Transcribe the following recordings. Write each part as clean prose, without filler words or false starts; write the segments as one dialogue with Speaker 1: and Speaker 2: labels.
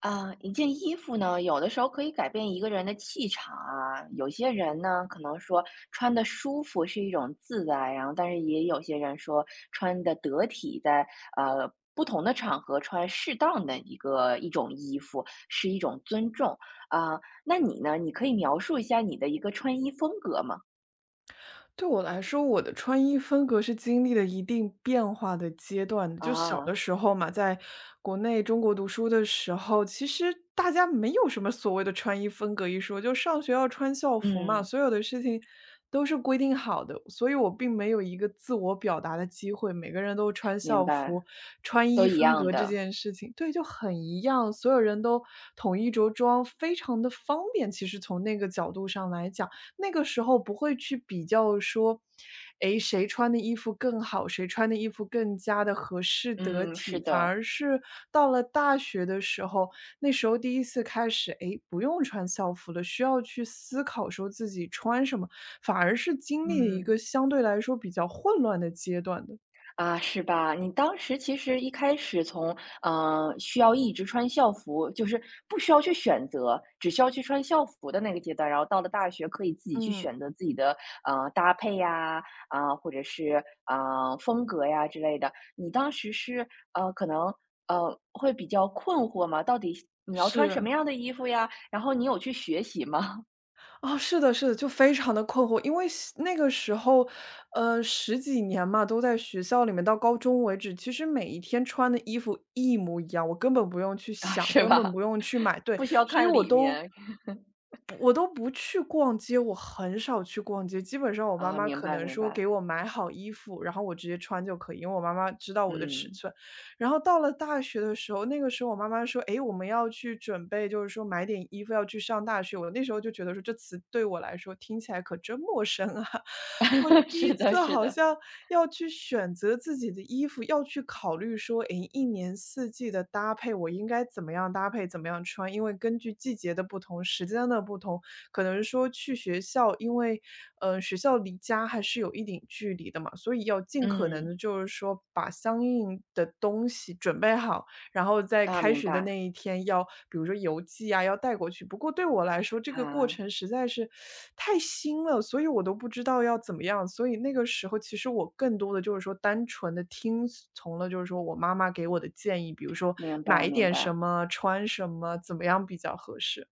Speaker 1: 啊，一件衣服呢，有的时候可以改变一个人的气场啊。有些人呢，可能说穿的舒服是一种自在，然后但是也有些人说穿的得体在，不同的场合穿适当的一种衣服是一种尊重啊。那你呢？你可以描述一下你的一个穿衣风格吗？
Speaker 2: 对我来说，我的穿衣风格是经历了一定变化的阶段的。就小的
Speaker 1: 啊。
Speaker 2: 时候嘛，在国内中国读书的时候，其实大家没有什么所谓的穿衣风格一说，就上学要穿校服嘛，
Speaker 1: 嗯。
Speaker 2: 所有的事情都是规定好的，所以我并没有一个自我表达的机会。每个人都穿
Speaker 1: 明
Speaker 2: 校
Speaker 1: 白。
Speaker 2: 服、穿
Speaker 1: 都
Speaker 2: 衣
Speaker 1: 一
Speaker 2: 风
Speaker 1: 样
Speaker 2: 格这
Speaker 1: 的。
Speaker 2: 件事情，对，就很一样，所有人都统一着装，非常的方便，其实从那个角度上来讲。那个时候不会去比较说，诶，谁穿的衣服更好，谁穿的衣服更加的合适得
Speaker 1: 嗯，是
Speaker 2: 体。反
Speaker 1: 的。
Speaker 2: 而是到了大学的时候，那时候第一次开始，诶，不用穿校服了，需要去思考说自己穿什么，反而是经历了一
Speaker 1: 嗯。
Speaker 2: 个相对来说比较混乱的阶段的。
Speaker 1: 啊，是吧？你当时其实一开始从，需要一直穿校服，就是不需要去选择，只需要去穿校服的那个阶段，然后到了大学可以自己去
Speaker 2: 嗯，
Speaker 1: 选择自己的，搭配呀，啊，或者是，啊，风格呀之类的。你当时是，可能，会比较困惑嘛，到底你要穿什么
Speaker 2: 是。
Speaker 1: 样的衣服呀？然后你有去学习吗？
Speaker 2: 哦，是的，是的，就非常的困惑。因为那个时候，十几年嘛，都在学校里面，到高中为止，其实每一天穿的衣服一模一样，我根本不用去
Speaker 1: 啊，
Speaker 2: 想，
Speaker 1: 是
Speaker 2: 根本
Speaker 1: 吧？
Speaker 2: 不用去买，对，
Speaker 1: 不需要
Speaker 2: 所以
Speaker 1: 看
Speaker 2: 我
Speaker 1: 里
Speaker 2: 都
Speaker 1: 面。
Speaker 2: 不我都不去逛街，我很少去逛街。基本上我妈
Speaker 1: 啊，
Speaker 2: 妈
Speaker 1: 明
Speaker 2: 可
Speaker 1: 白
Speaker 2: 能
Speaker 1: 明
Speaker 2: 说
Speaker 1: 白。
Speaker 2: 给我买好衣服，然后我直接穿就可以，因为我妈妈知道我的尺
Speaker 1: 嗯。
Speaker 2: 寸。然后到了大学的时候，那个时候我妈妈说：“诶，我们要去准备，就是说买点衣服要去上大学。”我那时候就觉得说，这词对我来说听起来可真陌生啊！我 第
Speaker 1: 是
Speaker 2: 一
Speaker 1: 的
Speaker 2: 次
Speaker 1: 是
Speaker 2: 好
Speaker 1: 的。
Speaker 2: 像要去选择自己的衣服，要去考虑说，诶，一年四季的搭配，我应该怎么样搭配，怎么样穿？因为根据季节的不同，时间的不同，可能说去学校，因为，学校离家还是有一定距离的嘛，所以要尽可能
Speaker 1: 嗯。
Speaker 2: 的，就是说把相应的东西准备好，然后在
Speaker 1: 啊，
Speaker 2: 开
Speaker 1: 明
Speaker 2: 学的
Speaker 1: 白。
Speaker 2: 那一天要比如说邮寄啊，要带过去。不过对我来说，这个过
Speaker 1: 啊，
Speaker 2: 程实在是太新了，所以我都不知道要怎么样。所以那个时候其实我更多的就是说单纯的听从了就是说我妈妈给我的建议，比如说
Speaker 1: 明
Speaker 2: 买
Speaker 1: 白
Speaker 2: 一
Speaker 1: 明
Speaker 2: 点
Speaker 1: 白。
Speaker 2: 什么，穿什么，怎么样比较合适。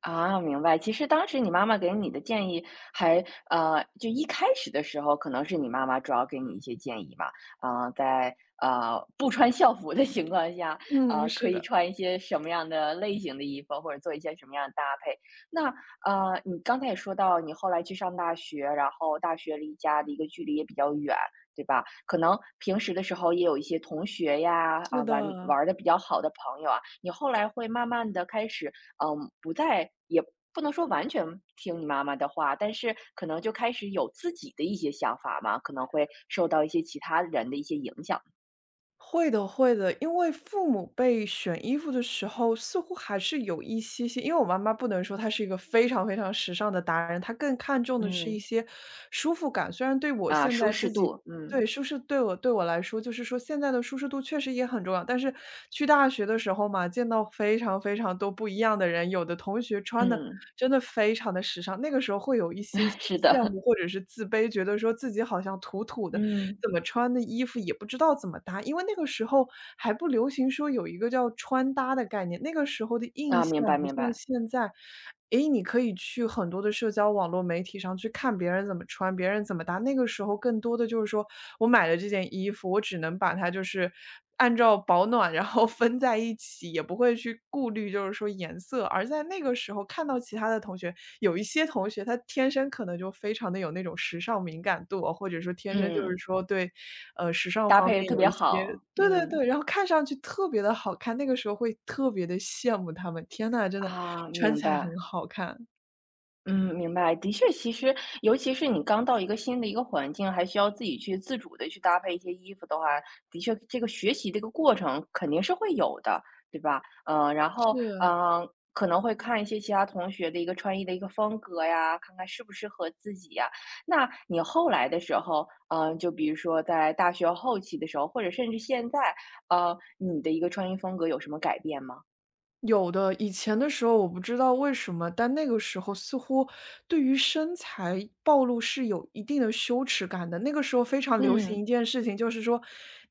Speaker 1: 啊，明白。其实当时你妈妈给你的建议还就一开始的时候，可能是你妈妈主要给你一些建议嘛，在不穿校服的情况下，
Speaker 2: 嗯，
Speaker 1: 可
Speaker 2: 是
Speaker 1: 以
Speaker 2: 的。
Speaker 1: 穿一些什么样的类型的衣服，或者做一些什么样的搭配。那你刚才也说到，你后来去上大学，然后大学离家的一个距离也比较远，对吧？可能平时的时候也有一些同学呀，啊，
Speaker 2: 是
Speaker 1: 玩
Speaker 2: 的，
Speaker 1: 玩的比较好的朋友啊，你后来会慢慢的开始。嗯，不再也不能说完全听你妈妈的话，但是可能就开始有自己的一些想法嘛，可能会受到一些其他人的一些影响。
Speaker 2: 会的会的，因为父母辈选衣服的时候，似乎还是有一些些，因为我妈妈不能说她是一个非常非常时尚的达人，她更看重的是一
Speaker 1: 嗯。
Speaker 2: 些舒服感。虽然对我
Speaker 1: 啊，
Speaker 2: 现
Speaker 1: 舒
Speaker 2: 在
Speaker 1: 适
Speaker 2: 自己
Speaker 1: 度。嗯。
Speaker 2: 对，舒适对我来说，就是说现在的舒适度确实也很重要。但是去大学的时候嘛，见到非常非常多不一样的人，有的同学穿的
Speaker 1: 嗯。
Speaker 2: 真的非常的时尚，那个时候会有一些些
Speaker 1: 是
Speaker 2: 羡
Speaker 1: 的。
Speaker 2: 慕或者是自卑，觉得说自己好像土土的。
Speaker 1: 嗯。
Speaker 2: 怎么穿的衣服也不知道怎么搭，因为那个时候还不流行说有一个叫穿搭的概念，那个时候的印
Speaker 1: 啊，
Speaker 2: 象
Speaker 1: 明白
Speaker 2: 不
Speaker 1: 明
Speaker 2: 像
Speaker 1: 白。
Speaker 2: 现在，诶，你可以去很多的社交网络媒体上去看别人怎么穿，别人怎么搭。那个时候更多的就是说我买了这件衣服，我只能把它就是按照保暖然后分在一起，也不会去顾虑就是说颜色。而在那个时候看到其他的同学，有一些同学他天生可能就非常的有那种时尚敏感度哦或者说天生就是
Speaker 1: 嗯。
Speaker 2: 说对，时尚
Speaker 1: 搭
Speaker 2: 方
Speaker 1: 配得
Speaker 2: 面
Speaker 1: 特
Speaker 2: 有
Speaker 1: 别
Speaker 2: 一些
Speaker 1: 好。
Speaker 2: 对对
Speaker 1: 嗯。
Speaker 2: 对，然后看上去特别的好看，那个时候会特别的羡慕他们，天呐，真的
Speaker 1: 啊，
Speaker 2: 穿
Speaker 1: 明
Speaker 2: 起来很
Speaker 1: 白。
Speaker 2: 好看，
Speaker 1: 嗯，明白。的确，其实尤其是你刚到一个新的一个环境，还需要自己去自主的去搭配一些衣服的话，的确这个学习这个过程肯定是会有的，对吧？嗯，然后，
Speaker 2: 是。
Speaker 1: 嗯，可能会看一些其他同学的一个穿衣的一个风格呀，看看适不适合自己呀。那你后来的时候，就比如说在大学后期的时候，或者甚至现在，你的一个穿衣风格有什么改变吗？
Speaker 2: 有的，以前的时候我不知道为什么，但那个时候似乎对于身材暴露是有一定的羞耻感的。那个时候非常流行一
Speaker 1: 嗯。
Speaker 2: 件事情，就是说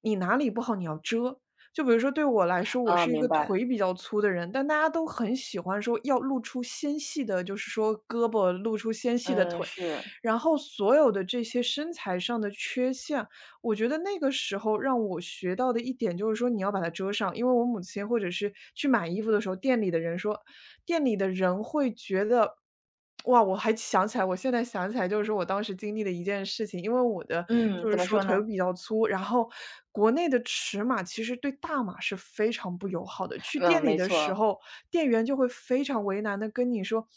Speaker 2: 你哪里不好你要遮。就比如说对我来说，我
Speaker 1: 啊，
Speaker 2: 是一
Speaker 1: 明
Speaker 2: 个
Speaker 1: 白。
Speaker 2: 腿比较粗的人，但大家都很喜欢说要露出纤细的，就是说胳膊露出纤细的
Speaker 1: 嗯，
Speaker 2: 腿，
Speaker 1: 是。
Speaker 2: 然后所有的这些身材上的缺陷。我觉得那个时候让我学到的一点就是说你要把它遮上，因为我母亲或者是去买衣服的时候，店里的人说店里的人会觉得哇，我还想起来，我现在想起来就是说我当时经历的一件事情，因为我的
Speaker 1: 嗯，
Speaker 2: 就
Speaker 1: 怎
Speaker 2: 是
Speaker 1: 么
Speaker 2: 说
Speaker 1: 说
Speaker 2: 腿
Speaker 1: 呢？
Speaker 2: 比较粗，然后国内的尺码其实对大码是非常不友好的。去
Speaker 1: 嗯，
Speaker 2: 店里
Speaker 1: 没
Speaker 2: 的时
Speaker 1: 错。
Speaker 2: 候，店员就会非常为难的跟你说，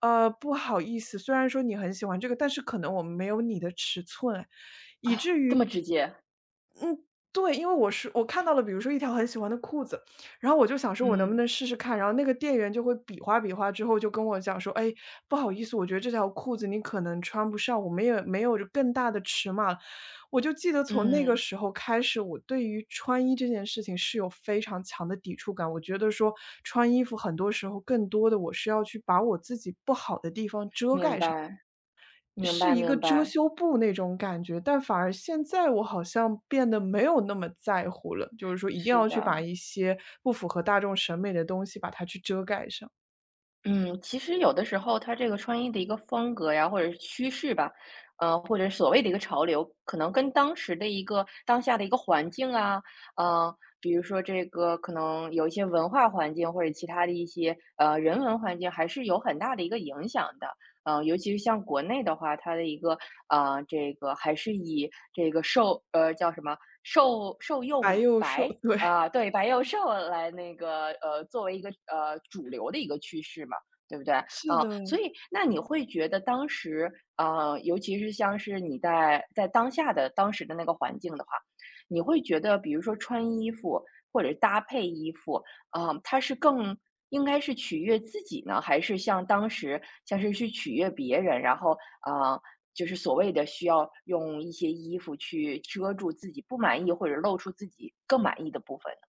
Speaker 2: 不好意思，虽然说你很喜欢这个，但是可能我们没有你的尺寸啊，以
Speaker 1: 啊，
Speaker 2: 至
Speaker 1: 这么
Speaker 2: 于
Speaker 1: 直接。
Speaker 2: 对，因为我是我看到了，比如说一条很喜欢的裤子，然后我就想说，我能不
Speaker 1: 嗯。
Speaker 2: 能试试看？然后那个店员就会比划比划，之后就跟我讲说，哎，不好意思，我觉得这条裤子你可能穿不上，我们也没有更大的尺码了。我就记得从那个
Speaker 1: 嗯，
Speaker 2: 时候开始，我对于穿衣这件事情是有非常强的抵触感。我觉得说穿衣服很多时候更多的我是要去把我自己不好的地方遮
Speaker 1: 明
Speaker 2: 盖上。
Speaker 1: 白。明白
Speaker 2: 是一个
Speaker 1: 明
Speaker 2: 遮
Speaker 1: 白。
Speaker 2: 羞布那种感觉，但反而现在我好像变得没有那么在乎了，就是说一定
Speaker 1: 是
Speaker 2: 要去
Speaker 1: 的。
Speaker 2: 把一些不符合大众审美的东西把它去遮盖上，
Speaker 1: 嗯，其实有的时候它这个穿衣的一个风格呀，或者是趋势吧，或者所谓的一个潮流，可能跟当时的一个当下的一个环境啊，比如说这个可能有一些文化环境或者其他的一些人文环境，还是有很大的一个影响的。尤其是像国内的话，它的一个这个还是以这个瘦叫什么瘦瘦幼
Speaker 2: 白幼瘦，
Speaker 1: 白
Speaker 2: 对，
Speaker 1: 啊、对，白幼瘦来那个作为一个主流的一个趋势嘛。对不对？
Speaker 2: 是
Speaker 1: 嗯，
Speaker 2: 的。
Speaker 1: 所以那你会觉得当时，尤其是像是你在当下的当时的那个环境的话，你会觉得比如说穿衣服或者搭配衣服，啊，它是更应该是取悦自己呢，还是像当时像是去取悦别人，然后啊，就是所谓的需要用一些衣服去遮住自己不满意或者露出自己更满意的部分呢？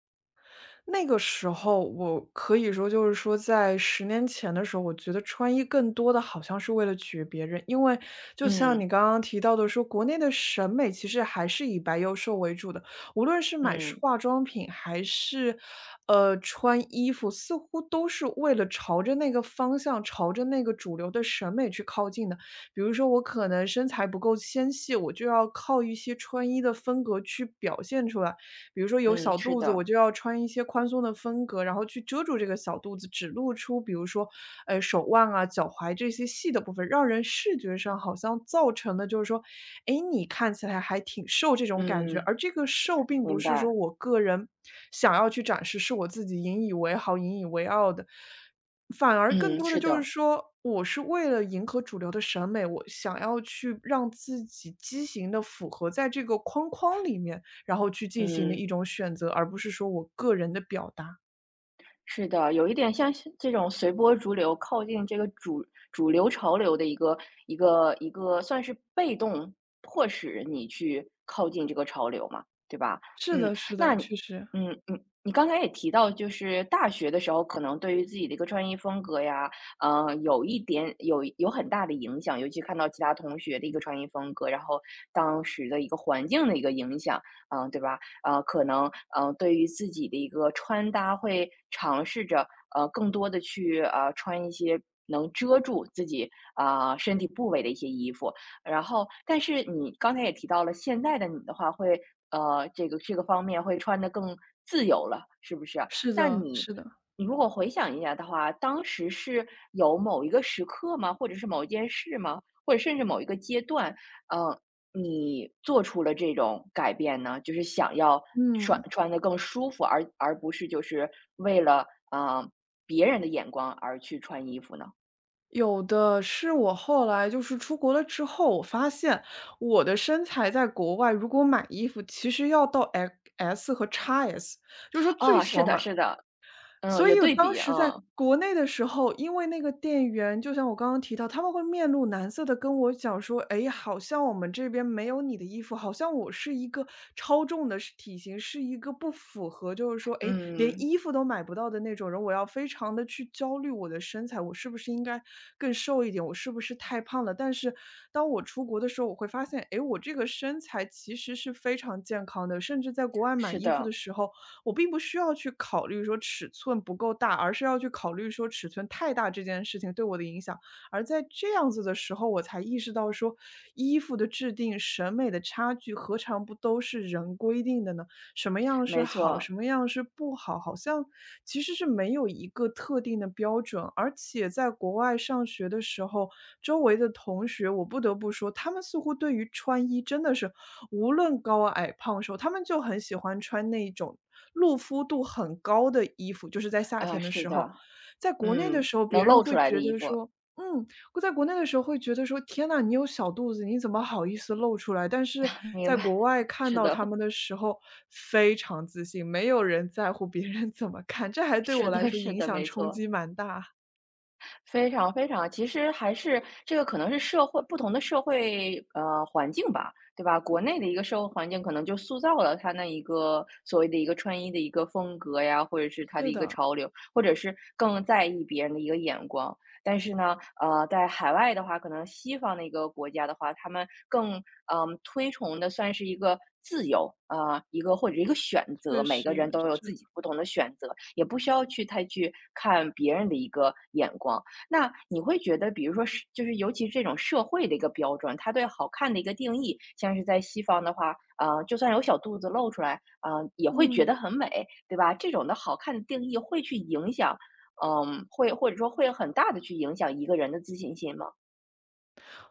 Speaker 2: 那个时候我可以说就是说在十年前的时候，我觉得穿衣更多的好像是为了取悦别人。因为就像你
Speaker 1: 嗯
Speaker 2: 刚刚提到的说，国内的审美其实还是以白幼瘦为主的，无论是买是
Speaker 1: 嗯
Speaker 2: 化妆品还是，穿衣服，似乎都是为了朝着那个方向，朝着那个主流的审美去靠近的。比如说我可能身材不够纤细，我就要靠一些穿衣的风格去表现出来，比如说有
Speaker 1: 嗯，
Speaker 2: 小
Speaker 1: 是
Speaker 2: 肚子，
Speaker 1: 的。
Speaker 2: 我就要穿一些宽松的风格，然后去遮住这个小肚子，只露出比如说，手腕啊、脚踝这些细的部分，让人视觉上好像造成的就是说，哎，你看起来还挺瘦这种感觉。
Speaker 1: 嗯，
Speaker 2: 而这个瘦并不
Speaker 1: 明
Speaker 2: 是说
Speaker 1: 白。
Speaker 2: 我个人想要去展示，是我自己引以为豪、引以为傲的，反而更
Speaker 1: 嗯，
Speaker 2: 多的
Speaker 1: 是
Speaker 2: 就是
Speaker 1: 的。
Speaker 2: 说，我是为了迎合主流的审美，我想要去让自己畸形的符合在这个框框里面。然后去进行的
Speaker 1: 嗯，
Speaker 2: 一种选择，而不是说我个人的表达。
Speaker 1: 是的，有一点像是这种随波逐流，靠近这个主流潮流的一个，算是被动迫使你去靠近这个潮流嘛，对吧？
Speaker 2: 是
Speaker 1: 嗯。
Speaker 2: 的是
Speaker 1: 那
Speaker 2: 的，
Speaker 1: 你
Speaker 2: 确实。
Speaker 1: 嗯嗯，你刚才也提到，就是大学的时候，可能对于自己的一个穿衣风格呀，有一点有很大的影响，尤其看到其他同学的一个穿衣风格，然后当时的一个环境的一个影响，嗯、对吧？可能对于自己的一个穿搭会尝试着更多的去穿一些能遮住自己啊，身体部位的一些衣服。然后但是你刚才也提到了，现在的你的话会这个方面会穿得更自由了，是不是？
Speaker 2: 是
Speaker 1: 那
Speaker 2: 的
Speaker 1: 你
Speaker 2: 是的，
Speaker 1: 你如果回想一下的话，当时是有某一个时刻吗？或者是某一件事吗？或者甚至某一个阶段，嗯。你做出了这种改变呢？就是想要穿
Speaker 2: 嗯，
Speaker 1: 穿得更舒服，而不是就是为了，别人的眼光而去穿衣服呢？
Speaker 2: 有的是我后来就是出国了之后，我发现我的身材在国外，如果买衣服其实要到 X S 和 XS，就是说最
Speaker 1: 啊，是
Speaker 2: 小
Speaker 1: 的
Speaker 2: 码。
Speaker 1: 是的。嗯，
Speaker 2: 所
Speaker 1: 有
Speaker 2: 以我
Speaker 1: 对
Speaker 2: 当
Speaker 1: 比。
Speaker 2: 时在
Speaker 1: 嗯。
Speaker 2: 国内的时候，因为那个店员，就像我刚刚提到，他们会面露难色的跟我讲说：“哎，好像我们这边没有你的衣服，好像我是一个超重的是体型，是一个不符合就是说，哎，连
Speaker 1: 嗯，
Speaker 2: 衣服都买不到的那种人，我要非常的去焦虑我的身材，我是不是应该更瘦一点？我是不是太胖了？”但是当我出国的时候，我会发现，哎，我这个身材其实是非常健康的，甚至在国外买
Speaker 1: 是
Speaker 2: 衣服
Speaker 1: 的，
Speaker 2: 的时候，我并不需要去考虑说尺寸不够大，而是要去考虑说尺寸太大这件事情对我的影响。而在这样子的时候，我才意识到说，衣服的制定、审美的差距，何尝不都是人规定的呢？什么样是
Speaker 1: 没
Speaker 2: 好，
Speaker 1: 错。
Speaker 2: 什么样是不好，好像其实是没有一个特定的标准。而且在国外上学的时候，周围的同学，我不得不说，他们似乎对于穿衣真的是无论高矮胖瘦，他们就很喜欢穿那种露肤度很高的衣服，就是在夏
Speaker 1: 啊，
Speaker 2: 天的
Speaker 1: 是
Speaker 2: 时候。
Speaker 1: 的。
Speaker 2: 在国内的
Speaker 1: 嗯，
Speaker 2: 时候，
Speaker 1: 能
Speaker 2: 别人
Speaker 1: 露出
Speaker 2: 会
Speaker 1: 来的
Speaker 2: 觉
Speaker 1: 衣
Speaker 2: 得
Speaker 1: 服。
Speaker 2: 说，嗯，在国内的时候会觉得说：“天呐，你有小肚子，你怎么好意思露出来？”但是
Speaker 1: 明
Speaker 2: 在
Speaker 1: 白。
Speaker 2: 国外看
Speaker 1: 是
Speaker 2: 到他
Speaker 1: 的。
Speaker 2: 们的时候，非常自信，没有人在乎别人怎么看，这还 对
Speaker 1: 是
Speaker 2: 我来
Speaker 1: 的
Speaker 2: 说
Speaker 1: 是
Speaker 2: 影
Speaker 1: 的，
Speaker 2: 响
Speaker 1: 没
Speaker 2: 冲
Speaker 1: 错。
Speaker 2: 击蛮大。
Speaker 1: 非常非常，其实还是这个可能是社会不同的社会环境吧，对吧？国内的一个社会环境可能就塑造了他那一个所谓的一个穿衣的一个风格呀，或者是他的
Speaker 2: 是
Speaker 1: 一个
Speaker 2: 的，
Speaker 1: 潮流，或者是更在意别人的一个眼光。但是呢，在海外的话，可能西方的一个国家的话，他们更推崇的算是一个自由啊、一个或者一个选择，
Speaker 2: 确
Speaker 1: 每
Speaker 2: 实
Speaker 1: 个人都有自
Speaker 2: 是，
Speaker 1: 己不同的选择，也不需要去太去看别人的一个眼光。那你会觉得，比如说是，就是尤其是这种社会的一个标准，它对好看的一个定义，像是在西方的话，就算有小肚子露出来，也会觉
Speaker 2: 嗯。
Speaker 1: 得很美，对吧？这种的好看的定义会去影响，会或者说会很大的去影响一个人的自信心吗？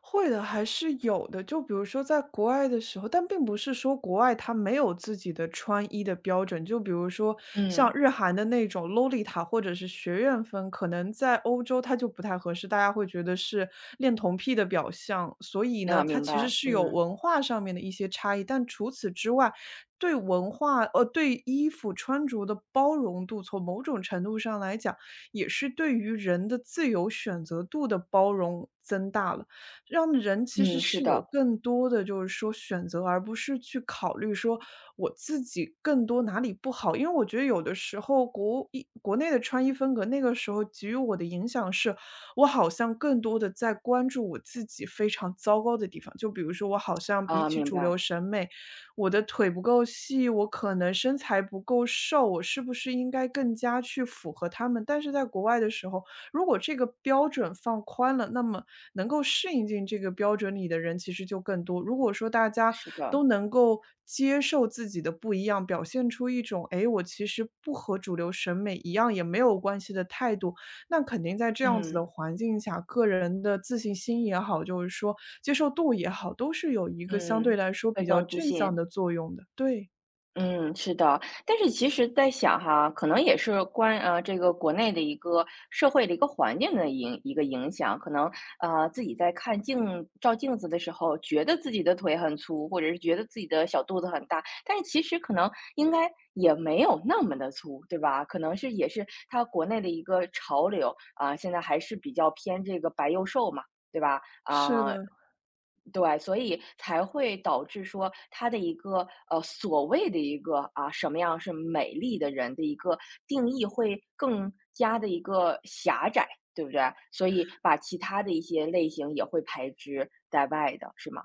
Speaker 2: 会的，还是有的。就比如说在国外的时候，但并不是说国外它没有自己的穿衣的标准。就比如说像
Speaker 1: 嗯，
Speaker 2: 日韩的那种洛丽塔或者是学院风，可能在欧洲它就不太合适，大家会觉得是恋童癖的表象。所以呢，
Speaker 1: 那、
Speaker 2: 它
Speaker 1: 明
Speaker 2: 其实
Speaker 1: 白。
Speaker 2: 是有
Speaker 1: 嗯。
Speaker 2: 文化上面的一些差异，但除此之外，对文化对衣服穿着的包容度，从某种程度上来讲，也是对于人的自由选择度的包容增大了。让人其实
Speaker 1: 嗯，是
Speaker 2: 是有
Speaker 1: 的。
Speaker 2: 更多的就是说选择，而不是去考虑说我自己更多哪里不好。因为我觉得有的时候国内的穿衣风格，那个时候给予我的影响是，我好像更多的在关注我自己非常糟糕的地方。就比如说，我好像比
Speaker 1: 啊、
Speaker 2: 起
Speaker 1: 明
Speaker 2: 主
Speaker 1: 白。
Speaker 2: 流审美，我的腿不够细，我可能身材不够瘦，我是不是应该更加去符合他们？但是在国外的时候，如果这个标准放宽了，那么能够适应进这个标准里的人其实就更多。如果说大家
Speaker 1: 是的。
Speaker 2: 都能够接受自己的不一样，表现出一种“诶，我其实不和主流审美一样也没有关系”的态度，那肯定在这样子
Speaker 1: 嗯
Speaker 2: 的环境下，个人的自信心也好，就是说接受度也好，都是有一个相对
Speaker 1: 嗯。
Speaker 2: 来说
Speaker 1: 会
Speaker 2: 比较
Speaker 1: 更自
Speaker 2: 正向
Speaker 1: 信。
Speaker 2: 的作用的。对，
Speaker 1: 嗯，是的，但是其实在想哈，可能也是关这个国内的一个社会的一个环境的一个影响，可能自己在照镜子的时候，觉得自己的腿很粗，或者是觉得自己的小肚子很大，但是其实可能应该也没有那么的粗，对吧？可能是也是它国内的一个潮流啊，现在还是比较偏这个白幼瘦嘛。对吧？
Speaker 2: 是
Speaker 1: 啊、
Speaker 2: 的。
Speaker 1: 对，所以才会导致说他的一个所谓的一个啊什么样是美丽的人的一个定义会更加的一个狭窄，对不对？所以把其他的一些类型也会排之在外的，是吗？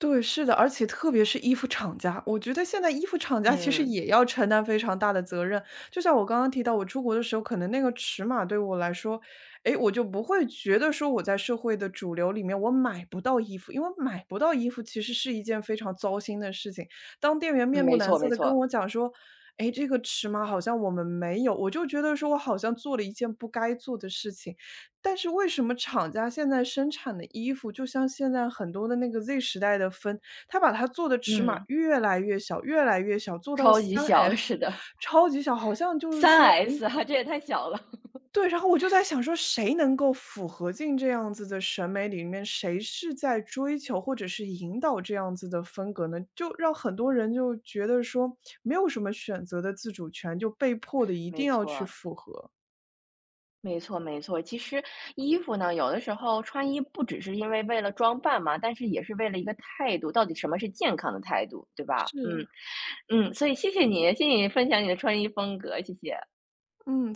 Speaker 2: 对，是的，而且特别是衣服厂家，我觉得现在衣服厂家其实
Speaker 1: 嗯。
Speaker 2: 也要承担非常大的责任。就像我刚刚提到，我出国的时候，可能那个尺码对我来说，诶，我就不会觉得说我在社会的主流里面我买不到衣服，因为买不到衣服其实是一件非常糟心的事情。当店员
Speaker 1: 嗯，
Speaker 2: 面露
Speaker 1: 没
Speaker 2: 难
Speaker 1: 错
Speaker 2: 色
Speaker 1: 没
Speaker 2: 的跟
Speaker 1: 错。
Speaker 2: 我讲说，诶，这个尺码好像我们没有，我就觉得说我好像做了一件不该做的事情。但是为什么厂家现在生产的衣服，就像现在很多的那个 Z 时代的风，它把它做的尺码
Speaker 1: 嗯，
Speaker 2: 越来越小，越来越小，做到
Speaker 1: 超级
Speaker 2: 三
Speaker 1: 小，
Speaker 2: s
Speaker 1: 是的。
Speaker 2: 超级小，好像就是说，
Speaker 1: 3S
Speaker 2: 诶
Speaker 1: 啊，这也太小了，
Speaker 2: 对，然后我就在想说，谁能够符合进这样子的审美里面，谁是在追求或者是引导这样子的风格呢？就让很多人就觉得说，没有什么选择的自主权，就被迫的一定
Speaker 1: 没
Speaker 2: 要去
Speaker 1: 错。
Speaker 2: 符合。
Speaker 1: 没错，没错。其实衣服呢，有的时候穿衣不只是因为为了装扮嘛，但是也是为了一个态度，到底什么是健康的态度，对吧？嗯。
Speaker 2: 是，
Speaker 1: 嗯，所以谢谢你，谢谢你分享你的穿衣风格，谢谢。
Speaker 2: 嗯。